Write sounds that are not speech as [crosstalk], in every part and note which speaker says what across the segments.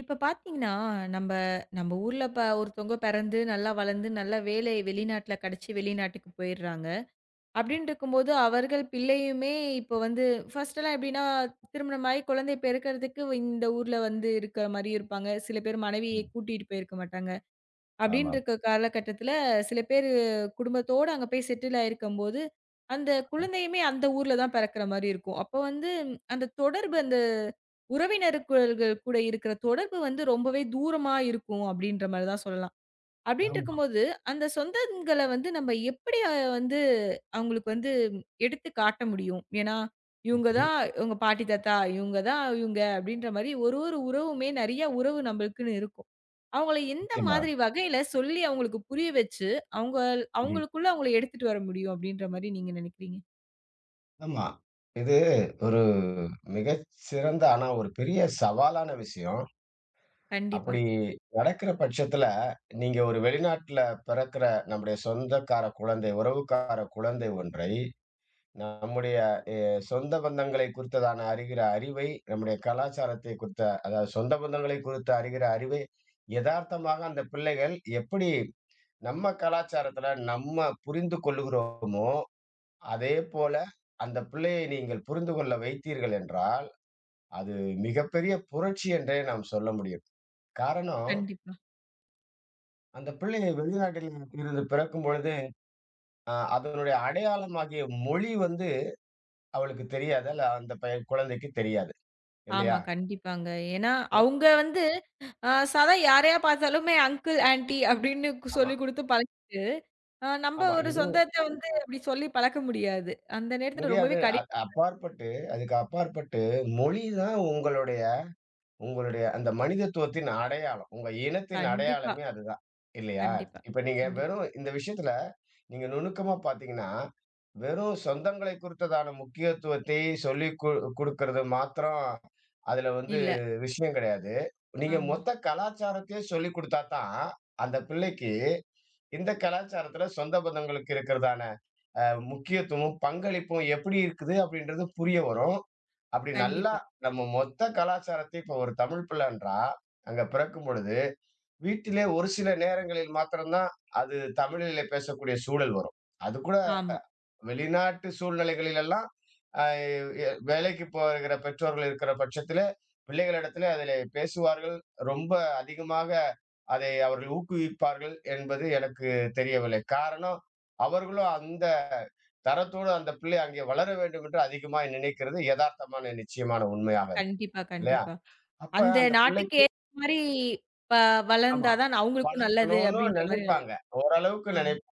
Speaker 1: இப்ப பார்த்தீங்கன்னா, நம்ப நம்ப ஊர்ல ஒருத்தவங்க பிறந்து, நல்லா வளர்ந்து, நல்ல வேலை வெளிநாட்ல கிடைச்சு வெளிநாட்டுக்கு போயிர்றாங்க. அப்டின்னு இருக்கும்போது, அவர்கள் பிள்ளையுமே இப்போ வந்து ஃபர்ஸ்ட்டெல்லாம் எப்டின்னா, திருமணமாகி குழந்தை பெறக்கறதுக்கு இந்த ஊர்ல வந்து இருக்கிற மாரி இருப்பாங்க. சில பேர் மனைவியை
Speaker 2: ம்.
Speaker 1: கூட்டிட்டு போயிருக்க மாட்டாங்க. அப்படின்னு
Speaker 2: ஆமாம்.
Speaker 1: இருக்க காலகட்டத்தில, சில பேரு குடும்பத்தோட அங்க போய் செட்டில் ஆயிருக்கும்போது, அந்த குழந்தையுமே அந்த ஊர்ல தான் பிறக்கிற மாரி இருக்கும். அப்ப வந்து அந்த தொடர்பு அந்த உறவினர்கள் கூட இருக்கிற தொடர்பு வந்து ரொம்பவே தூரமா இருக்கும் அப்படின்ற மாரி தான் சொல்லலாம். அப்டின்ட்டு
Speaker 2: ஆமா.
Speaker 1: இருக்கும்போது, அந்த சொந்தங்கள வந்து நம்ம எப்படி அ வந்து அவங்களுக்கு வந்து எடுத்து காட்ட முடியும்? ஏன்னா, இவங்க
Speaker 2: ம்ஹ்ம்.
Speaker 1: தான் உங்க பாட்டி, தாத்தா, இவங்க தான் இவங்க அப்டின்ற மாரி ஒரு ஒரு உறவுமே நெறைய உறவு நம்மளுக்குன்னு இருக்கும். அவங்கள எந்த
Speaker 2: நிச்சயமா.
Speaker 1: மாதிரி வகையில சொல்லி அவங்களுக்கு புரிய வச்சு, அவங்க
Speaker 2: ம்ஹ்ம்.
Speaker 1: அவங்களுக்குள்ள அவங்கள எடுத்துட்டு வர முடியும் அப்டின்ற மாரி நீங்க நெனைக்கிறீங்க?
Speaker 2: ஆமா. இது ஒரு மிகச் சிறந்த ஆனா ஒரு பெரிய சவாலான விஷயம்.
Speaker 1: கண்டிப்பா,
Speaker 2: அப்படி நடக்கிற பட்சத்துல, நீங்க ஒரு வெளிநாட்டுல பிறக்கிற நம்முடைய சொந்தக்கார குழந்தை, உறவுக்கார குழந்தை ஒன்றை, நம்முடைய சொந்த பந்தங்களை குறித்ததான அறிகிற அறிவை, நம்முடைய கலாச்சாரத்தை குறித்த அதாவது சொந்த பந்தங்களை குறித்து அறிகிற அறிவை, எதார்த்தமாக அந்த பிள்ளைகள் எப்படி நம்ம கலாச்சாரத்துல நம்ம புரிந்து கொள்ளுகிறோமோ அதே போல அந்த பிள்ளையை நீங்கள் புரிந்து கொள்ள வைத்தீர்கள் என்றால், அது மிகப்பெரிய புரட்சி என்றே நாம் சொல்ல முடியும். காரணம்,
Speaker 1: கண்டிப்பா.
Speaker 2: அந்த பிள்ளையை வெளிநாட்டில் இருந்து பிறக்கும் பொழுது, அதனுடைய அடையாளமாகிய மொழி வந்து அவளுக்கு தெரியாது. அல்ல அந்த பையன் குழந்தைக்கு தெரியாது.
Speaker 1: ஆமா,
Speaker 2: இல்லையா?
Speaker 1: கண்டிப்பாங்க. ஏன்னா,
Speaker 2: எ
Speaker 1: அவங்க வந்து சாதா யாரையா பார்த்தாலுமே அங்கிள், ஆன்டி அப்டின்னு
Speaker 2: ஆமா,
Speaker 1: சொல்லிக் குடுத்து பழகிட்டு ஆ நம்ப
Speaker 2: ஆமா.
Speaker 1: ஒரு
Speaker 2: இதுவும்
Speaker 1: சொந்தத்த வந்து அப்படி சொல்லி பழக்க முடியாது. அந்த நேரத்துல ரொம்பவே
Speaker 2: முடியாது.
Speaker 1: கடி
Speaker 2: அ அப்பாற்பட்டு அதுக்கு அப்பாற்பட்டு மொழி தான் உங்களுடைய உங்களுடைய அந்த மனிதத்துவத்தின் அடையாளம். உங்க இனத்தின்
Speaker 1: கண்டிப்பா,
Speaker 2: அடையாளமே அதுதான். இல்லையா?
Speaker 1: கண்டிப்பா,
Speaker 2: இப்ப நீங்க
Speaker 1: கண்டிப்பா.
Speaker 2: வெறும் இந்த விஷயத்துல நீங்க நுணுக்கமா பார்த்தீங்கன்னா, வெறும் சொந்தங்களை குறித்ததான முக்கியத்துவத்தை சொல்லிக் குடுக்கறது மாத்திரம் அதுல வந்து
Speaker 1: இல்ல.
Speaker 2: விஷயம் கிடையாது. நீங்க
Speaker 1: ஆமா.
Speaker 2: மொத்த கலாச்சாரத்தையே சொல்லிக் குடுத்தா தான், அந்த பிள்ளைக்கு இந்த கலாச்சாரத்துல சொந்த பந்தங்களுக்கு இருக்கிறதான அ முக்கியத்துவமும், பங்களிப்பும் எப்படி இருக்குது அப்படின்றது புரிய வரும். அப்படி நல்லா
Speaker 1: கண்டிப்பா.
Speaker 2: நம்ம மொத்த கலாச்சாரத்தையும் இப்போ ஒரு தமிழ் பிள்ளைன்றா அங்க பிறக்கும் பொழுது, வீட்டிலே ஒரு சில நேரங்களில் மாத்திரம் தான் அது தமிழிலே பேசக்கூடிய சூழல் வரும். அதுக்கூட
Speaker 1: ஆமா.
Speaker 2: வெளிநாட்டு சூழ்நிலைகளில் எல்லாம் அ எ வேலைக்கு போகிற பெற்றோர்கள் இருக்கிற பட்சத்திலே, பிள்ளைகளிடத்திலே அதிலே பேசுவார்கள். ரொம்ப அதிகமாக அதை அவர்கள் ஊக்குவிப்பார்கள் என்பது எனக்கு தெரியவில்லை. காரணம், அவர்களும் அந்த தரத்தோடு அந்த பிள்ளை அங்கே வளர வேண்டும் என்று அதிகமாய் நினைக்கிறது எதார்த்தமான நிச்சயமான உண்மையாக
Speaker 1: கண்டிப்பா,
Speaker 2: இல்லையா?
Speaker 1: கண்டிப்பா.
Speaker 2: அப்ப
Speaker 1: அந்த
Speaker 2: அந்த
Speaker 1: நாட்டுக்கு
Speaker 2: பிள்ளைக்கு
Speaker 1: ஏத்த மாரி ப
Speaker 2: ஆமா.
Speaker 1: வளர்ந்தா தான் அவங்களுக்கும் நல்லது
Speaker 2: வளர்க்கணும்னு
Speaker 1: அப்படின்ற மாரி
Speaker 2: நினைப்பாங்க. ஓரளவுக்கு
Speaker 1: ஆமா.
Speaker 2: நினைப்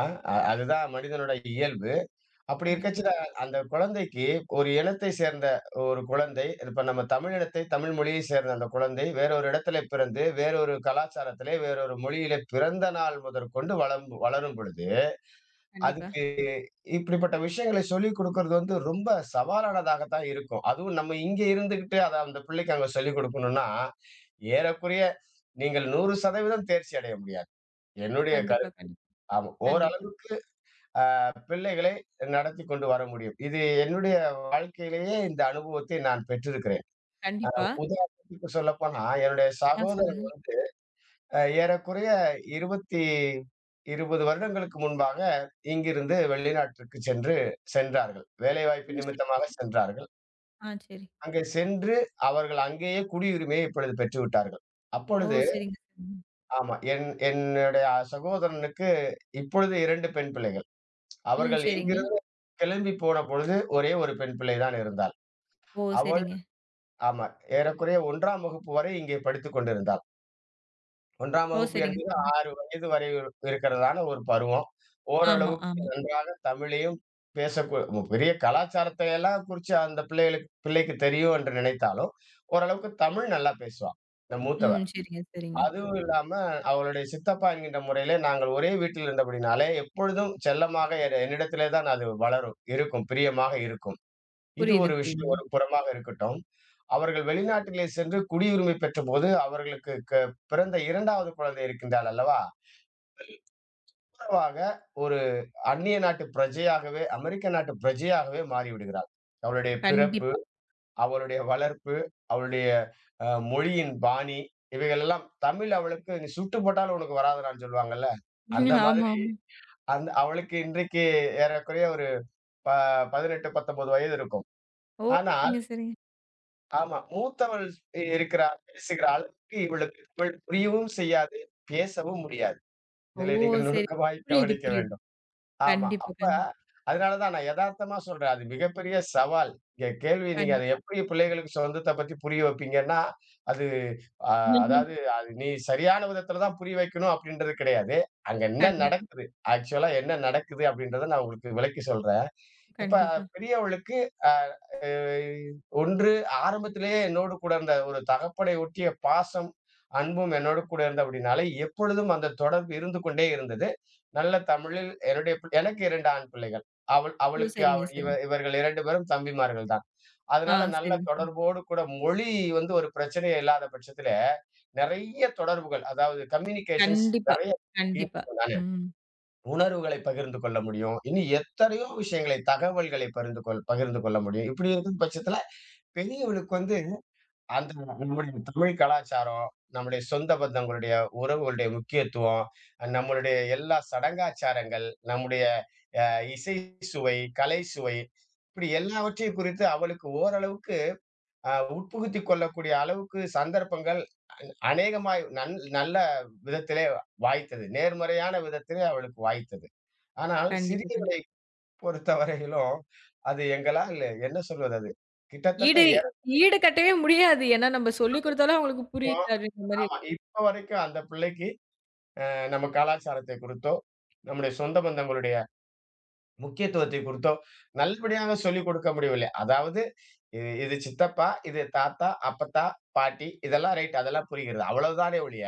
Speaker 2: அ அ அதுதான் மனிதனோட இயல்பு. அப்படி
Speaker 1: கண்டிப்பா,
Speaker 2: இருக்கச்சுல அந்த குழந்தைக்கு ஒரு இனத்தை சேர்ந்த ஒரு குழந்தை, இப்ப நம்ம தமிழ் இனத்தை, தமிழ் மொழியை சேர்ந்த அந்த குழந்தை வேறொரு இடத்திலே பிறந்து, வேறொரு கலாச்சாரத்திலே, வேறொரு மொழியிலே பிறந்த நாள் முதற்கொண்டு வளம் வளரும் பொழுது
Speaker 1: கண்டிப்பா,
Speaker 2: அதுக்கு இப்படிப்பட்ட விஷயங்களை சொல்லிக் குடுக்கறது வந்து ரொம்ப சவாலானதாக தான் இருக்கும். அதுவும் நம்ம இங்க இருந்துகிட்டு அத அந்த பிள்ளைக்கு அங்க சொல்லிக் குடுக்கணும்னா, ஏறக்குறைய நீங்கள் 100% தேர்ச்சி அடைய முடியாது. என்னுடைய கரு
Speaker 1: கண்டிப்பா, கண்டிப்பா,
Speaker 2: ஆமா.
Speaker 1: கண்டிப்பா,
Speaker 2: ஓரளவுக்கு பிள்ளைகளை நடத்திக் கொண்டு வர முடியும். இது என்னுடைய வாழ்க்கையிலேயே இந்த அனுபவத்தை நான் பெற்றிருக்கிறேன்.
Speaker 1: கண்டிப்பா.
Speaker 2: உதாரணத்துக்கு சொல்லப்போனா, என்னுடைய
Speaker 1: ஆ
Speaker 2: சகோதர
Speaker 1: சொல்லுங்க.
Speaker 2: அ ஏறக்குறைய 20, 20 வருடங்களுக்கு முன்பாக இங்கிருந்து வெளிநாட்டிற்கு சென்றார்கள். வேலைவாய்ப்பு
Speaker 1: ம். சரி.
Speaker 2: நிமித்தமாக சென்றார்கள்.
Speaker 1: ஆ சரி.
Speaker 2: அங்கே சென்று அவர்கள் அங்கேயே குடியுரிமையை இப்பொழுது பெற்றுவிட்டார்கள்.
Speaker 1: ஓ!
Speaker 2: அப்பொழுது
Speaker 1: சரிங்க, சரிங்க.
Speaker 2: ஆமா. என்னுடைய சகோதரனுக்கு இப்பொழுது 2 பெண் பிள்ளைகள்.
Speaker 1: ம்.
Speaker 2: அவர்கள்
Speaker 1: சரிங்க.
Speaker 2: இங்கிருந்து கிளம்பி போன பொழுது ஒரே ஒரு பெண் பிள்ளை தான் இருந்தாள்.
Speaker 1: ஓ!
Speaker 2: அவள்
Speaker 1: சரிங்க.
Speaker 2: ஆமா. ஏறக்குறைய 1ஆம் வகுப்பு வரை இங்கே படித்துக் கொண்டிருந்தாள். 1ஆம்
Speaker 1: ஓ!
Speaker 2: வகுப்பு
Speaker 1: சரிங்க,
Speaker 2: என்பது
Speaker 1: சரிங்க.
Speaker 2: 6 வயது வரை இருக்கிறதான ஒரு பருவம்.
Speaker 1: ஆமா,
Speaker 2: ஓரளவுக்கு
Speaker 1: ஆமா.
Speaker 2: நன்றாக தமிழையும் பெரிய கலாச்சாரத்தை எல்லாம் குறிச்சு அந்த பிள்ளைக்கு தெரியும் என்று நினைத்தாலும், ஓரளவுக்கு தமிழ் நல்லா பேசுவா, இந்த மூத்தவ.
Speaker 1: ம். சரிங்க, சரிங்க.
Speaker 2: அதுவும் இல்லாம அவளுடைய சித்தப்பா என்கின்ற முறையிலே நாங்கள் ஒரே வீட்டில் இருந்தபடினாலே, எப்பொழுதும் செல்லமாக என்னிடத்திலே தான் அது வளரும், இருக்கும், பிரியமாக இருக்கும். இது
Speaker 1: புரியுது,
Speaker 2: ஒரு விஷயம்
Speaker 1: புரியுதுங்க.
Speaker 2: ஒரு புறமாக இருக்கட்டும். அவர்கள் வெளிநாட்டிலே சென்று குடியுரிமை பெற்றபோது, அவர்களுக்கு க பிறந்த 2வது குழந்தை இருக்கின்றாள் அல்லவா? உணர்வாக ஒரு அந்நிய நாட்டு பிரஜையாகவே, அமெரிக்க நாட்டு பிரஜையாகவே மாறிவிடுகிறாள். அவளுடைய பிறப்பு,
Speaker 1: கண்டிப்பா.
Speaker 2: அவளுடைய வளர்ப்பு, அவளுடைய மொழியின் பாணி, இவைகள் எல்லாம் தமிழ் அவளுக்கு "நீ சுட்டு போட்டாலும் உனக்கு வராதுடான்னு" சொல்லுவாங்கல்ல. அந்த
Speaker 1: ம். ஆமா, ஆமா.
Speaker 2: மாதிரி அவளுக்கு இன்றைக்கு ஏறக்குறைய ஒரு ப 18, 19 வயது இருக்கும்.
Speaker 1: ஓ!
Speaker 2: ஆனா
Speaker 1: சரிங்க, சரிங்க.
Speaker 2: ஆமா. மூத்தவள் இருக்கிறாள், பேசுகிறாள். இவளுக்கு தமிழ் புரியவும் செய்யாது, பேசவும் முடியாது.
Speaker 1: ஓ!
Speaker 2: இதிலே நீங்கள்
Speaker 1: சரி.
Speaker 2: நுணுக்கமாய்
Speaker 1: புரியுது,
Speaker 2: கவனிக்க
Speaker 1: புரியுது.
Speaker 2: வேண்டும். ஆமா.
Speaker 1: கண்டிப்பா,
Speaker 2: அப்ப
Speaker 1: கண்டிப்பா,
Speaker 2: அதனால தான் நான் எதார்த்தமா சொல்றேன். அது மிகப்பெரிய சவால். இங்க கேள்வி நீங்க அத
Speaker 1: கண்டிப்பா.
Speaker 2: எப்படி பிள்ளைகளுக்கு சொந்தத்த பத்தி புரிய வைப்பீங்கன்னா, அது அ
Speaker 1: ம்ஹ்ம்.
Speaker 2: அதாவது அது நீ சரியான விதத்தில தான் புரிய வைக்கணும் அப்படின்றது கிடையாது. அங்க என்ன
Speaker 1: கண்டிப்பா,
Speaker 2: நடக்குது? ஆக்சுவலா என்ன நடக்குது அப்படின்றத நான் உங்களுக்கு விளக்கி சொல்றேன். இப்ப
Speaker 1: கண்டிப்பா.
Speaker 2: பெரியவளுக்கு அ அ ஒன்று ஆரம்பத்திலேயே என்னோடு கூட இருந்த ஒரு தகப்பனை ஒட்டிய பாசம், அன்பும் என்னோடு கூட இருந்தது அப்படினாலே, எப்பொழுதும் அந்த தொடர்பு இருந்து கொண்டே இருந்தது. நல்ல தமிழில் என்னுடைய பிள் எனக்கு 2 ஆண் பிள்ளைகள். அவள்
Speaker 1: ஓ!
Speaker 2: அவளுக்கு
Speaker 1: சரிங்க,
Speaker 2: அவள் இவ
Speaker 1: சரிங்க.
Speaker 2: இவர்கள் 2 பேரும் தம்பிமார்கள் தான்.
Speaker 1: ஆ,
Speaker 2: அதனால நல்ல
Speaker 1: சரிங்க, சரிங்க.
Speaker 2: தொடர்போடு கூட மொழி வந்து ஒரு பிரச்சனையே இல்லாத பட்சத்திலே, நெறைய தொடர்புகள் அதாவது கம்யூனிகேஷன்ஸ்
Speaker 1: கண்டிப்பா,
Speaker 2: நெறைய
Speaker 1: கண்டிப்பா. ம்.
Speaker 2: உணர்வுகளை பகிர்ந்து கொள்ள முடியும். இன்னும் எத்தனையோ விஷயங்களை, தகவல்களை பகிர்ந்து கொள்ள முடியும். இப்படி இருக்கும் பட்சத்தில பெரியவளுக்கு வந்து அந்த நம்முடைய தமிழ் கலாச்சாரம், நம்முடைய சொந்த பந்தங்களுடைய உறவுகளுடைய முக்கியத்துவம், நம்மளுடைய எல்லா சடங்காச்சாரங்கள், நம்முடைய அ இசை சுவை, கலை சுவை இப்படி எல்லாவற்றையும் குறித்து அவளுக்கு ஓரளவுக்கு உட்புகுத்திக் கொள்ளக்கூடிய அளவுக்கு சந்தர்ப்பங்கள் அ அநேகமாய் நன் நல்ல விதத்திலே வாய்த்தது. நேர்மறையான விதத்திலே அவளுக்கு வாய்த்தது. ஆனால்
Speaker 1: கண்டிப்பா, கண்டிப்பா.
Speaker 2: சிறியவனை பொறுத்தவரையிலும், அது எங்களால் என்ன சொல்வது அது? கிட்டத்தட்ட
Speaker 1: ஈடு ஈடு கட்டவே முடியாது. ஏன்னா நம்ம சொல்லிக் குடுத்தாலும் அவங்களுக்கு புரியல
Speaker 2: ஏறக்கும்
Speaker 1: அப்படின்ற மாரி.
Speaker 2: ஆமா. இப்ப வரைக்கும் அந்த பிள்ளைக்கு நம்ம கலாச்சாரத்தை குறித்தோ, நம்முடைய சொந்த பந்தங்களுடைய முக்கியத்துவத்தை குறித்தோ, நல்லபடியாக சொல்லிக் கொடுக்க முடியவில்லை. அதாவது இது இது சித்தப்பா, இது தாத்தா, அப்பத்தா, பாட்டி இதெல்லாம் ரைட். அதெல்லாம் புரிகிறது. அவ்வளவுதானே ஒழிய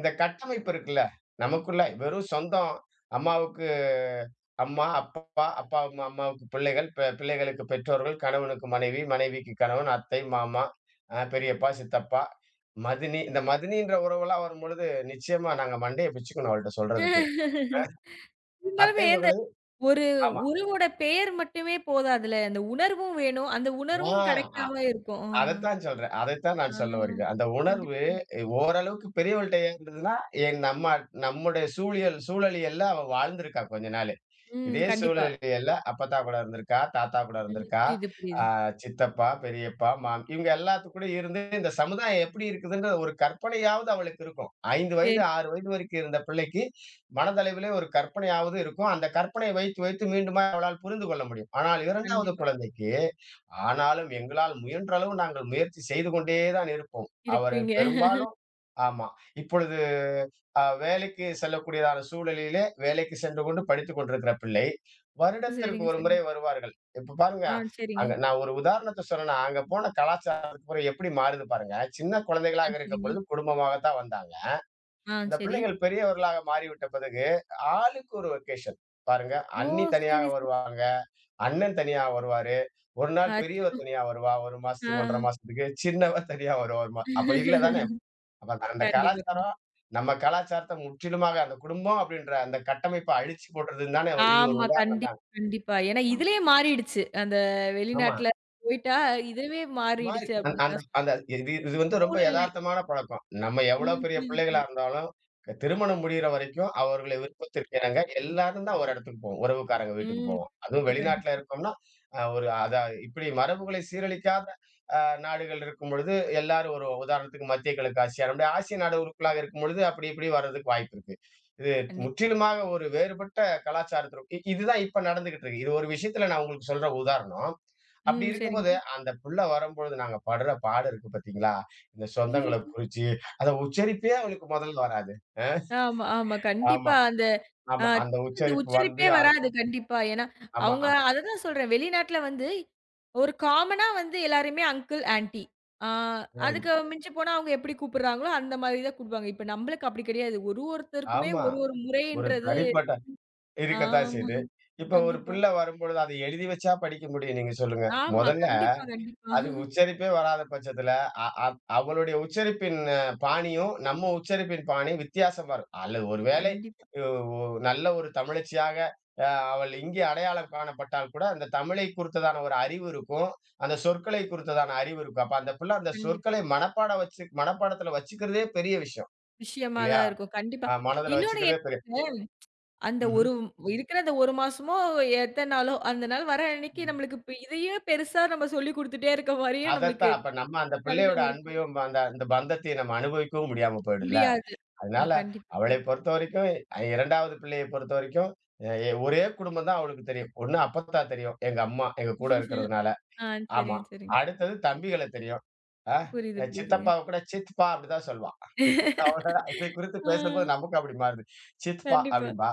Speaker 2: இந்த கட்டமைப்பு இருக்குல்ல, நமக்குள்ள வெறும் சொந்தம் அம்மாவுக்கு அம்மா, அப்பா, அப்பா, அம்மா அம்மாவுக்கு பிள்ளைகள், பிள்ளைகளுக்கு பெற்றோர்கள், கணவனுக்கு மனைவி, மனைவிக்கு கணவன், அத்தை, மாமா, பெரியப்பா, சித்தப்பா, மதினி. இந்த மதினின்ற உறவெல்லாம் வரும்பொழுது, நிச்சயமா நாங்க மண்டைய பிச்சுக்கணும் அவள்ட்ட சொல்றதுக்கு.
Speaker 1: இருந்தாலுமே
Speaker 2: அத்தை
Speaker 1: இந்த
Speaker 2: மகளு
Speaker 1: ஒரு
Speaker 2: ஆமா.
Speaker 1: உறவோட பெயர் மட்டுமே போதாதுல்ல. அந்த உணர்வும் வேணும். அந்த
Speaker 2: ஆ
Speaker 1: உணர்வும்
Speaker 2: அ
Speaker 1: கிடைக்காம இருக்கும். ஆ.
Speaker 2: அதத்தான் சொல்றேன். அதைத்தான் நான்
Speaker 1: ஆ.
Speaker 2: சொல்ல வருகிறேன். அந்த உணர்வு
Speaker 1: கண்டிப்பா.
Speaker 2: ஓரளவுக்கு பெரியவள்ட்ட இருந்ததுன்னா, என் நம்ம நம்முடைய சூழலியல்ல அவ வாழ்ந்திருக்கா கொஞ்ச நாளு.
Speaker 1: ம்.
Speaker 2: இதே
Speaker 1: கண்டிப்பா.
Speaker 2: சூழ்நிலையில அப்பத்தா கூட இருந்திருக்கா, தாத்தா கூட
Speaker 1: ம்.
Speaker 2: இருந்திருக்கா,
Speaker 1: புரியுது,
Speaker 2: ஆ
Speaker 1: புரியுது.
Speaker 2: சித்தப்பா, பெரியப்பா, மாம் இவங்க எல்லாத்து கூடயும் இருந்து இந்த சமுதாயம் எப்படி இருக்குதுன்ற ஒரு கற்பனையாவது அவளுக்கு இருக்கும். 5 வயது,
Speaker 1: சரி.
Speaker 2: 6 வயது வரைக்கும் இருந்த பிள்ளைக்கு மனதளவிலே ஒரு கற்பனையாவது இருக்கும். அந்த கற்பனையை வைத்து வைத்து மீண்டுமா அவளால் புரிந்து கொள்ள முடியும். ஆனால் 2வது
Speaker 1: கண்டிப்பா.
Speaker 2: குழந்தைக்கு, ஆனாலும் எங்களால் முயன்ற அளவு நாங்கள் முயற்சி செய்து கொண்டே தான் இருப்போம். அவரு
Speaker 1: இருக்குங்க.
Speaker 2: பெரும்பாலும் ஆமா. இப்பொழுது வேலைக்கு செல்லக்கூடியதான சூழலிலே வேலைக்கு சென்று கொண்டு படித்துக் கொண்டிருக்கிற பிள்ளை வருடத்திற்கு
Speaker 1: சரிங்க,
Speaker 2: ஒரு
Speaker 1: சரிங்க.
Speaker 2: முறை வருவார்கள் இப்ப பாருங்க.
Speaker 1: ஆ, சரிங்க.
Speaker 2: அங்க நான் ஒரு உதாரணத்தை சொன்னா அங்க போன கலாச்சாரத்துக்கு பிறகு எப்படி மாறுது பாருங்க. சின்ன
Speaker 1: ஆ,
Speaker 2: குழந்தைகளாக இருக்க
Speaker 1: சரிங்க.
Speaker 2: பொழுது குடும்பமாகத்தான் வந்தாங்க.
Speaker 1: ஆ,
Speaker 2: இந்த
Speaker 1: சரி.
Speaker 2: பிள்ளைகள் பெரியவர்களாக மாறிவிட்ட பிறகு ஆளுக்கு ஒரு வெக்கேஷன் பாருங்க,
Speaker 1: ஓ!
Speaker 2: அண்ணி தனியாக
Speaker 1: சரி, சரி.
Speaker 2: வருவாங்க, அண்ணன் தனியா வருவாரு, ஒரு நாள்
Speaker 1: அச்சோ!
Speaker 2: பெரியவர் தனியா வருவா ஒரு
Speaker 1: ஆ.
Speaker 2: மாசத்துக்கு ஒன்றரை மாசத்துக்கு, சின்னவர் தனியா வருவா ஒரு அப்ப இல்ல. அப்ப அந்த அந்த
Speaker 1: கண்டிப்பா,
Speaker 2: கலாச்சாரம்,
Speaker 1: கண்டிப்பா.
Speaker 2: நம்ம கலாச்சாரத்த முற்றிலுமாக அந்த குடும்பம் அப்படின்ற அந்த கட்டமைப்ப அழிச்சு போடுறதுன்னு தானே இது ஒரு
Speaker 1: ஆமா.
Speaker 2: உதாரணம்.
Speaker 1: கண்டிப்பா, கண்டிப்பா. ஏன்னா இதுலயே மாறிடுச்சு. அந்த
Speaker 2: ஆமா.
Speaker 1: வெளிநாட்ல போயிட்டா, இதுவே
Speaker 2: மாறி
Speaker 1: மாறிடுச்சு
Speaker 2: அந்
Speaker 1: அப்டின்னு
Speaker 2: அந்த
Speaker 1: தான் சொல்லணும்.
Speaker 2: அந்த இது இது வந்து ரொம்ப
Speaker 1: சூழ்நிலை.
Speaker 2: எதார்த்தமான பழக்கம். நம்ம எவ்வளோ
Speaker 1: ம்.
Speaker 2: பெரிய
Speaker 1: புரியுது,
Speaker 2: பிள்ளைகளா
Speaker 1: புரியுது.
Speaker 2: இருந்தாலும், திருமணம் முடியிற வரைக்கும் அவர்களுடைய விருப்பத்திற்கு இணங்க எல்லாரும் தான் ஒரு இடத்துக்கு போவோம். உறவுக்காரங்க வீட்டுக்கு
Speaker 1: ம்.
Speaker 2: போவோம். அதுவும்
Speaker 1: கண்டிப்பா,
Speaker 2: வெளிநாட்ல
Speaker 1: கண்டிப்பா,
Speaker 2: இருக்கோம்னா, அ ஒரு அதா இப்படி மரபுகளை சீரழிக்காத அ நாடுகள் இருக்கும்பொழுது, எல்லாரும் ஒரு உதாரணத்துக்கு மத்திய கிழக்கு ஆசியா, நம்முடைய ஆசிய நாடுகளுக்குள்ளாக இருக்கும்பொழுது, அப்படி இப்படி வர்றதுக்கு வாய்ப்பு இருக்கு. இது
Speaker 1: கண்டிப்பா.
Speaker 2: முற்றிலுமாக ஒரு வேறுபட்ட கலாச்சாரத்திற்கு இதுதான் இப்ப நடந்துகிட்டு இருக்கு. இது ஒரு விஷயத்துல நான் உங்களுக்கு சொல்ற உதாரணம். அப்படி
Speaker 1: ம். சரிங்க.
Speaker 2: இருக்கும்போது அந்த புள்ள வரும்பொழுது நாங்க படுற பாடு இருக்கு பார்த்தீங்களா? இந்த சொந்தங்கள குறிச்சு, அத உச்சரிப்பே அவளுக்கு முதல்ல வராது. அ
Speaker 1: ஆமா, ஆமா.
Speaker 2: ஆமா,
Speaker 1: கண்டிப்பா. அந்த அ
Speaker 2: ஆமா. அந்த
Speaker 1: அந்த
Speaker 2: உச்சரிப்பு வந்து
Speaker 1: உச்சரிப்பே
Speaker 2: அது
Speaker 1: வராது கண்டிப்பா. ஏன்னா,
Speaker 2: ஆமா.
Speaker 1: அவங்க அததான் சொல்றேன். வெளிநாட்ல வந்து ஒரு காமனா வந்து எல்லாரையுமே அங்கிள், ஆன்டி. ஆ
Speaker 2: அ
Speaker 1: அதுக்கு மிஞ்சி போனா அவங்க எப்படி கூப்பிடுறாங்களோ, அந்த மாதிரி தான் கூப்பிடுவாங்க. இப்ப நம்மளுக்கு அப்படி கிடையாது. ஒரு ஒருத்தருக்குமே
Speaker 2: ஆமா.
Speaker 1: ஒரு ஒரு
Speaker 2: ஒரு
Speaker 1: முறைன்றது
Speaker 2: தனிப்பட்ட இருக்கத்தான்
Speaker 1: ஆமா.
Speaker 2: செய்யுது. இப்ப ஒரு
Speaker 1: கண்டிப்பா.
Speaker 2: பிள்ளை வரும்பொழுது அத எழுதி வச்சா படிக்க முடியும் நீங்க சொல்லுங்க.
Speaker 1: ஆமா.
Speaker 2: முதல்ல
Speaker 1: கண்டிப்பா, கண்டிப்பா.
Speaker 2: அது
Speaker 1: [laughs]
Speaker 2: உச்சரிப்பே வராத பட்சத்துல, அ அப் அவளுடைய உச்சரிப்பின் பாணியும், நம்ம உச்சரிப்பின் பாணியும் வித்தியாசமா இருக்கும். அல்லது ஒருவேளை
Speaker 1: கண்டிப்பா,
Speaker 2: ஒ ஒ நல்ல ஒரு தமிழச்சியாக அ அவள் இங்கே அடையாளம் காணப்பட்டால் கூட, அந்த தமிழை குறித்ததான ஒரு அறிவு இருக்கும். அந்த சொற்களை குறித்ததான அறிவு இருக்கும். அப்ப அந்த பிள்ளை அந்த
Speaker 1: கண்டிப்பா.
Speaker 2: சொற்களை மனப்பாடம் வச்சு மனப்பாடத்துல வச்சுக்கிறதே பெரிய விஷயம்.
Speaker 1: விஷயமா
Speaker 2: இல்லையா?
Speaker 1: தான் இருக்கும். கண்டிப்பா.
Speaker 2: மனதுல
Speaker 1: இன்னொன்னு என்ன
Speaker 2: வச்சுக்கிறதே பெரிய
Speaker 1: அந்த
Speaker 2: ம்ஹ்ம்.
Speaker 1: ஒரு இருக்கிற அந்த 1 மாசமோ, எத்தன நாளோ, அந்த நாள் வர அன்னைக்கு
Speaker 2: ம்.
Speaker 1: நம்மளுக்கு இப்ப இதையே பெருசா நம்ம சொல்லிக் குடுத்துட்டே இருக்க மாரியும் நம்மளுக்கு
Speaker 2: அதத்தான். அப்ப நம்ம அந்த பிள்ளையோட
Speaker 1: கடினம் இருக்கு.
Speaker 2: அன்பையும், அந்த அந்த பந்தத்தையும் நம்ம அனுபவிக்கவும் முடியாம போயிடும்ல.
Speaker 1: முடியாது. ஆமா,
Speaker 2: அதனால
Speaker 1: கண்டிப்பா.
Speaker 2: அவளை பொறுத்தவரைக்கும், 2வது பிள்ளைய பொறுத்தவரைக்கும், அ எ ஒரே குடும்பம் தான் அவளுக்கு தெரியும். ஒண்ணு அப்பத்தா தெரியும். எங்க அம்மா எங்க கூட இருக்கிறதுனால.
Speaker 1: ஆ,
Speaker 2: ஆமா.
Speaker 1: சரிங்க, சரிங்க.
Speaker 2: அடுத்தது தம்பிகள தெரியும். அ
Speaker 1: புரியுது, புரியுதுங்க.
Speaker 2: சித்தப்பாவ கூட அப்டிதான் சொல்வா. அவ்வளவுதான். இதை குறித்து
Speaker 1: ஆ,
Speaker 2: பேசும்போது நமக்கும் அப்படி மாறுது. சித்பா
Speaker 1: கண்டிப்பா.
Speaker 2: அப்படிம்பா.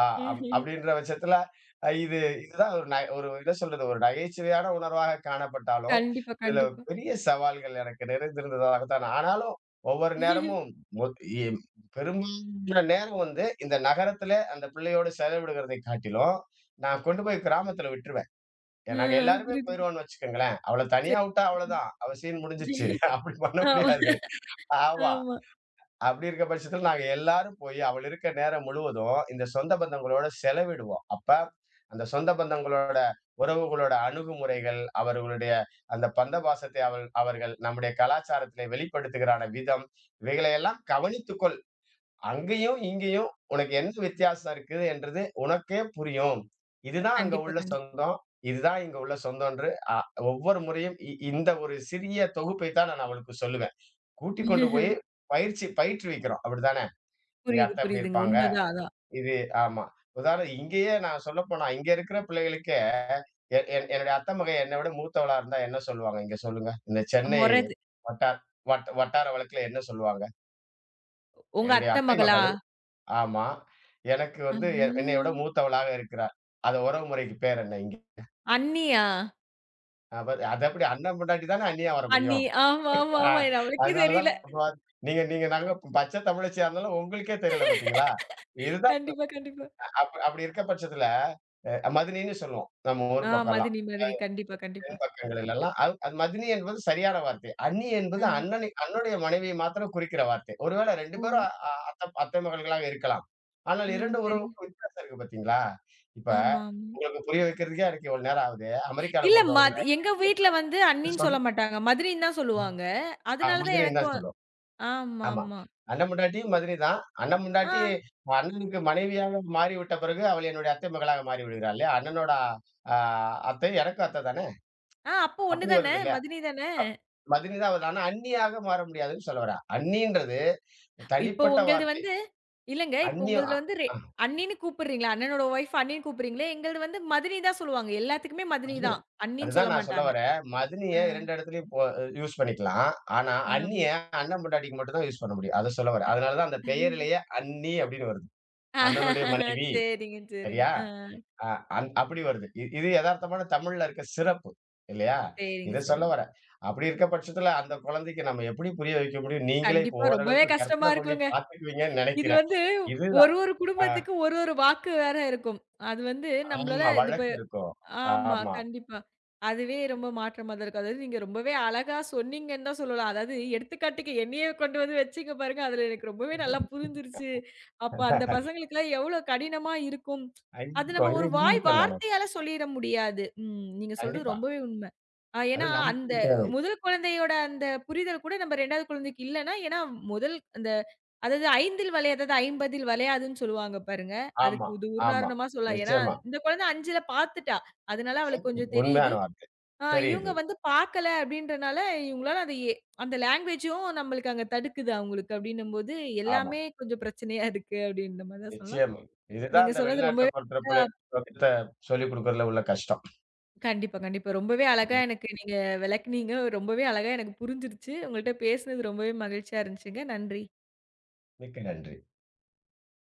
Speaker 2: ஆ அம்
Speaker 1: ம்ஹ்ம்.
Speaker 2: அப்படின்ற பட்சத்துல அ இது இதுதான் ஒரு ஒரு என்ன சொல்றது, ஒரு நகைச்சுவையான உணர்வாக காணப்பட்டாலும்,
Speaker 1: கண்டிப்பா,
Speaker 2: இதுல
Speaker 1: கண்டிப்பா.
Speaker 2: பெரிய சவால்கள் எனக்கு நிறைந்திருந்ததாகத்தான். ஆனாலும் ஒவ்வொரு நேரமும் மு இ பெரும்பாலான நேரம் வந்து இந்த நகரத்துல அந்த பிள்ளையோடு செலவிடுகிறதை காட்டிலும், நான் கொண்டு போய் கிராமத்துல விட்டுருவேன்.
Speaker 1: ஆ,
Speaker 2: நாங்க
Speaker 1: அது
Speaker 2: எல்லாருமே
Speaker 1: புரியுது.
Speaker 2: போயிருவோம்னு வச்சுக்கோங்களேன். அவள
Speaker 1: புரியுது. சரி.
Speaker 2: தனியா விட்டா அவ்வளவுதான். அவ சீன் முடிஞ்சிருச்சு. அப்படி பண்ண
Speaker 1: ஆமா,
Speaker 2: முடியாது. ஆமா.
Speaker 1: ஆமா.
Speaker 2: அப்படி இருக்க பட்சத்துல நாங்க எல்லாரும் போய் அவள் இருக்க நேரம் முழுவதும் இந்த சொந்த பந்தங்களோட செலவிடுவோம். அப்ப அந்த சொந்த பந்தங்களோட உறவுகளோட அணுகுமுறைகள், அவர்களுடைய அந்த பந்தபாசத்தை அவர்கள் நம்முடைய கலாச்சாரத்திலே வெளிப்படுத்துகிறான விதம், இவைகளையெல்லாம் கவனித்துக்கொள். அங்கேயும் இங்கேயும் உனக்கு என்ன வித்தியாசம் இருக்குது என்றது உனக்கே புரியும். இதுதான் அங்க
Speaker 1: கண்டிப்பா,
Speaker 2: உள்ள
Speaker 1: கண்டிப்பா.
Speaker 2: சொந்தம். இதுதான் இங்க உள்ள சொந்தம்ன்று அ ஒவ்வொரு முறையும் இந்த ஒரு சிறிய தொகுப்பை தான் நான் அவளுக்கு சொல்லுவேன். கூட்டிக் கொண்டு போய் பயிற்சி பயிற்றுவிக்கிறோம். அப்படித்தானே? எங்க
Speaker 1: புரியுது,
Speaker 2: அத்தை இப்படி
Speaker 1: புரியுதுங்க.
Speaker 2: இருப்பாங்க.
Speaker 1: உண்மதான் அதான்.
Speaker 2: இது ஆமா. உதாரணம் இங்கேயே நான் சொல்லப்போனா, இங்க இருக்கிற பிள்ளைகளுக்கே எ என் என்னுடைய அத்தை என்னை விட மூத்தவளா இருந்தா என்ன சொல்லுவாங்க? இங்க சொல்லுங்க. இந்த சென்னை
Speaker 1: மொற இது.
Speaker 2: வட்டா வட்டார வழக்குல என்ன சொல்லுவாங்க?
Speaker 1: உங்க
Speaker 2: என்னுடைய
Speaker 1: அத்த
Speaker 2: அத்தை
Speaker 1: மகளா?
Speaker 2: மகள் ஆமா. எனக்கு
Speaker 1: அ.
Speaker 2: வந்து என்னை விட மூத்தவளாக இருக்கிறார். அது உறவு முறைக்கு பேர் என்ன இங்க?
Speaker 1: அண்ணியா?
Speaker 2: அப்ப அது எப்படி அண்ணன் பொண்டாட்டி தானே அண்ணியா வர
Speaker 1: அண்ணி.
Speaker 2: முடியும்.
Speaker 1: ஆமா, ஆமா,
Speaker 2: ஆ
Speaker 1: ஆமா. நம்மளுக்கே
Speaker 2: அதனால
Speaker 1: தெரியல.
Speaker 2: தான் நீங்க நீங்க நாங்க பச்சை தமிழச்சியா இருந்தாலும் உங்களுக்கே தெரியல பார்த்தீங்களா? இது
Speaker 1: கண்டிப்பா, கண்டிப்பா.
Speaker 2: அப்படி இருக்க பட்சத்துல, மதனின்னு சொல்லுவோம். நம்ம
Speaker 1: ஆ
Speaker 2: ஊர் பக்கம்லாம்.
Speaker 1: மதினி,
Speaker 2: அ
Speaker 1: மதினி. கண்டிப்பா, கண்டிப்பா.
Speaker 2: தென் பக்கங்களிலெல்லாம். அது அது மதினி என்பது சரியான வார்த்தை. அண்ணி என்பது
Speaker 1: ஆ.
Speaker 2: அண்ணனுடைய மனைவியை மாத்திரம் குறிக்கிற வார்த்தை. ஒருவேளை 2
Speaker 1: ஓ!
Speaker 2: பேரும் அ அத்த அத்தை அத்தை மகள்களாக இருக்கலாம். ஆனால்
Speaker 1: ம்.
Speaker 2: 2
Speaker 1: சரிங்க.
Speaker 2: உறவுக்கும் வித்தியாசம் இருக்கு பார்த்தீங்களா? இப்ப
Speaker 1: ஆமா, ஆமா.
Speaker 2: உங்களுக்கு புரிய வைக்கிறதுக்கே எனக்கு இவ்வளவு நேரம் ஆகுது. அமெரிக்கால
Speaker 1: இல்ல
Speaker 2: பொறுத்தவரைக்கும்
Speaker 1: எங்க வீட்ல வந்து அண்ணின்னு
Speaker 2: சொல்
Speaker 1: சொல்ல மாட்டாங்க. மதுரின்னு தான் சொல்லுவாங்க.
Speaker 2: ஆ
Speaker 1: அதனால தான்
Speaker 2: மதனின்னு தான்
Speaker 1: எனக்கும்
Speaker 2: சொல்லுவோம்.
Speaker 1: ஆமா,
Speaker 2: ஆமா.
Speaker 1: ஆமா.
Speaker 2: அண்ணன் பொண்டாட்டியும் மதுரை தான். அண்ணன்
Speaker 1: ஆ,
Speaker 2: பொண்டாட்டி அண்ணனுக்கு மனைவியாக மாறிவிட்ட பிறகு, அவள் என்னுடைய அத்தை மகளாக மாறிவிடுகிறாள் இல்லையா? அண்ணனோட அ அத்தை எனக்கும் அத்தை தானே!
Speaker 1: ஆ அப்போ ஒண்ணு
Speaker 2: அப்படி
Speaker 1: தானே!
Speaker 2: வருது இல்லையா?
Speaker 1: மதினி தானே!
Speaker 2: அ மதுரை தான் வருது. ஆனா அண்ணியாக மாற முடியாதுன்னு சொல்ல வரேன். அண்ணின்றது
Speaker 1: இப்போ
Speaker 2: தனிப்பட்ட
Speaker 1: உங்கள்து
Speaker 2: வார்த்தை.
Speaker 1: வந்து இல்லங்க. இப்போ
Speaker 2: அந்நியம்
Speaker 1: உங்கள்து
Speaker 2: அ
Speaker 1: வந்து
Speaker 2: அ
Speaker 1: அண்ணின்னு கூப்பிடுறீங்களா? அண்ணனோட ஒய்ஃப் அண்ணின்னு கூப்பிடுறீங்களே! எங்கள்து வந்து மதினி தான் சொல்லுவாங்க. எல்லாத்துக்குமே மதினி
Speaker 2: அது
Speaker 1: தான். அண்ணின்னு
Speaker 2: அதுதான்
Speaker 1: சொல்ல
Speaker 2: நான் சொல்ல
Speaker 1: மாட்டாங்க.
Speaker 2: வரேன். மதினிய
Speaker 1: ஆ,
Speaker 2: 2 இடத்துலயும் யூஸ் பண்ணிக்கலாம். ஆனா
Speaker 1: ஆமா.
Speaker 2: அண்ணிய அண்ணன் பொண்டாட்டிக்கு மட்டும் தான் யூஸ் பண்ண முடியும். அத சொல்ல வரேன். அதனால தான் அந்த பெயரிலேயே அண்ணி அப்படின்னு வருது. அண்ணனுடைய மனைவி.
Speaker 1: சரிங்க, சரிங்க.
Speaker 2: சரியா?
Speaker 1: ஆ
Speaker 2: ஆ, அப்படி வருது. இது எதார்த்தமான தமிழ்ல இருக்க சிறப்பு. இல்லையா?
Speaker 1: சரிங்க,
Speaker 2: இத சொல்ல
Speaker 1: சரிங்க.
Speaker 2: வரேன். அப்படி இருக்க பட்சத்துல அந்த குழந்தைக்கு நம்ம எப்படி புரிய வைக்க முடியும்? நீங்களே இப்போ
Speaker 1: கண்டிப்பா ரொம்பவே
Speaker 2: ஓரளவுக்கு
Speaker 1: கஷ்டமா
Speaker 2: கற்பனை பண்ணி
Speaker 1: இருக்குங்க.
Speaker 2: பார்த்துக்குவீங்கன்னு
Speaker 1: இது
Speaker 2: நெனைக்கிறேன்.
Speaker 1: வந்து
Speaker 2: இதுதான்.
Speaker 1: ஒரு ஒரு
Speaker 2: அ
Speaker 1: குடும்பத்துக்கு ஒரு ஒரு வாக்கு வேற இருக்கும். அது வந்து நம்மளால
Speaker 2: ஆமா.
Speaker 1: இது
Speaker 2: வழக்கு இருக்கும்.
Speaker 1: ஆமா.
Speaker 2: ஆமா.
Speaker 1: கண்டிப்பா. அதுவே ரொம்ப மாற்றமா தான் இருக்கும். அதாவது நீங்க ரொம்பவே அழகா சொன்னீங்கன்னு தான் சொல்லலாம். அதாவது எடுத்துக்காட்டுக்கு என்னையே கொண்டு வந்து வச்சீங்க பாருங்க. அதுல எனக்கு ரொம்பவே நல்லா புரிஞ்சிருச்சு. அப்ப அந்த பசங்களுக்குலாம் எவ்வளோ கடினமா இருக்கும்.
Speaker 2: அது
Speaker 1: அது
Speaker 2: இருக்கும்.
Speaker 1: நம்ம
Speaker 2: இது
Speaker 1: ஒரு வாய்
Speaker 2: இன்னொருத்தன் தானே.
Speaker 1: வார்த்தையால சொல்லிட முடியாது. ம். நீங்க சொல்றது
Speaker 2: கண்டிப்பா.
Speaker 1: ரொம்பவே உண்மை.
Speaker 2: அது
Speaker 1: ஏன்னா, அந்த
Speaker 2: நமக்கு தேவை.
Speaker 1: முதல் குழந்தையோட அந்த புரிதல் கூட நம்ம 2வது குழந்தைக்கு இல்லன்னா, ஏன்னா முதல் அந்த அதாவது 5ல் வளையாதது 50ல் வளையாதுன்னு சொல்லுவாங்க பாருங்க.
Speaker 2: ஆமா,
Speaker 1: அதுக்கு இது
Speaker 2: ஆமா.
Speaker 1: உதாரணமா சொல்லலாம். ஏன்னா,
Speaker 2: நிச்சயமா.
Speaker 1: இந்த குழந்தை 5ல பார்த்துட்டா. அதனால
Speaker 2: சரி.
Speaker 1: அவளுக்கு கொஞ்சம்
Speaker 2: உண்மையான
Speaker 1: தெரியுது.
Speaker 2: வார்த்தை.
Speaker 1: ஆ
Speaker 2: தெரியுது.
Speaker 1: இவங்க வந்து பார்க்கல அப்படின்றனால, இவங்களால அது அந்த லேங்குவேஜும் நம்மளுக்கு அங்க தடுக்குது அவங்களுக்கு அப்படின்னும்போது,
Speaker 2: ஆமா.
Speaker 1: எல்லாமே கொஞ்சம் பிரச்சனையா இருக்கு அப்படின்ற மாரி தான் சொல்லலாம்.
Speaker 2: நிச்சயமா. இதுதான்
Speaker 1: நீங்க
Speaker 2: அந்த
Speaker 1: சொன்னது
Speaker 2: வெளிநாட்டுல
Speaker 1: ரொம்பவே அ
Speaker 2: பொறுத்தவரைக்கும் சொல்லிக் குடுக்கறதுல உள்ள கஷ்டம்.
Speaker 1: கண்டிப்பா, கண்டிப்பா. ரொம்பவே அழகா
Speaker 2: ம்.
Speaker 1: எனக்கு நீங்க விளக்குனீங்க. ரொம்பவே அழகா எனக்கு புரிஞ்சிருச்சு. உங்கள்ட்ட பேசினது ரொம்பவே மகிழ்ச்சியா இருந்துச்சுங்க. நன்றி.
Speaker 2: மிக்க நன்றி.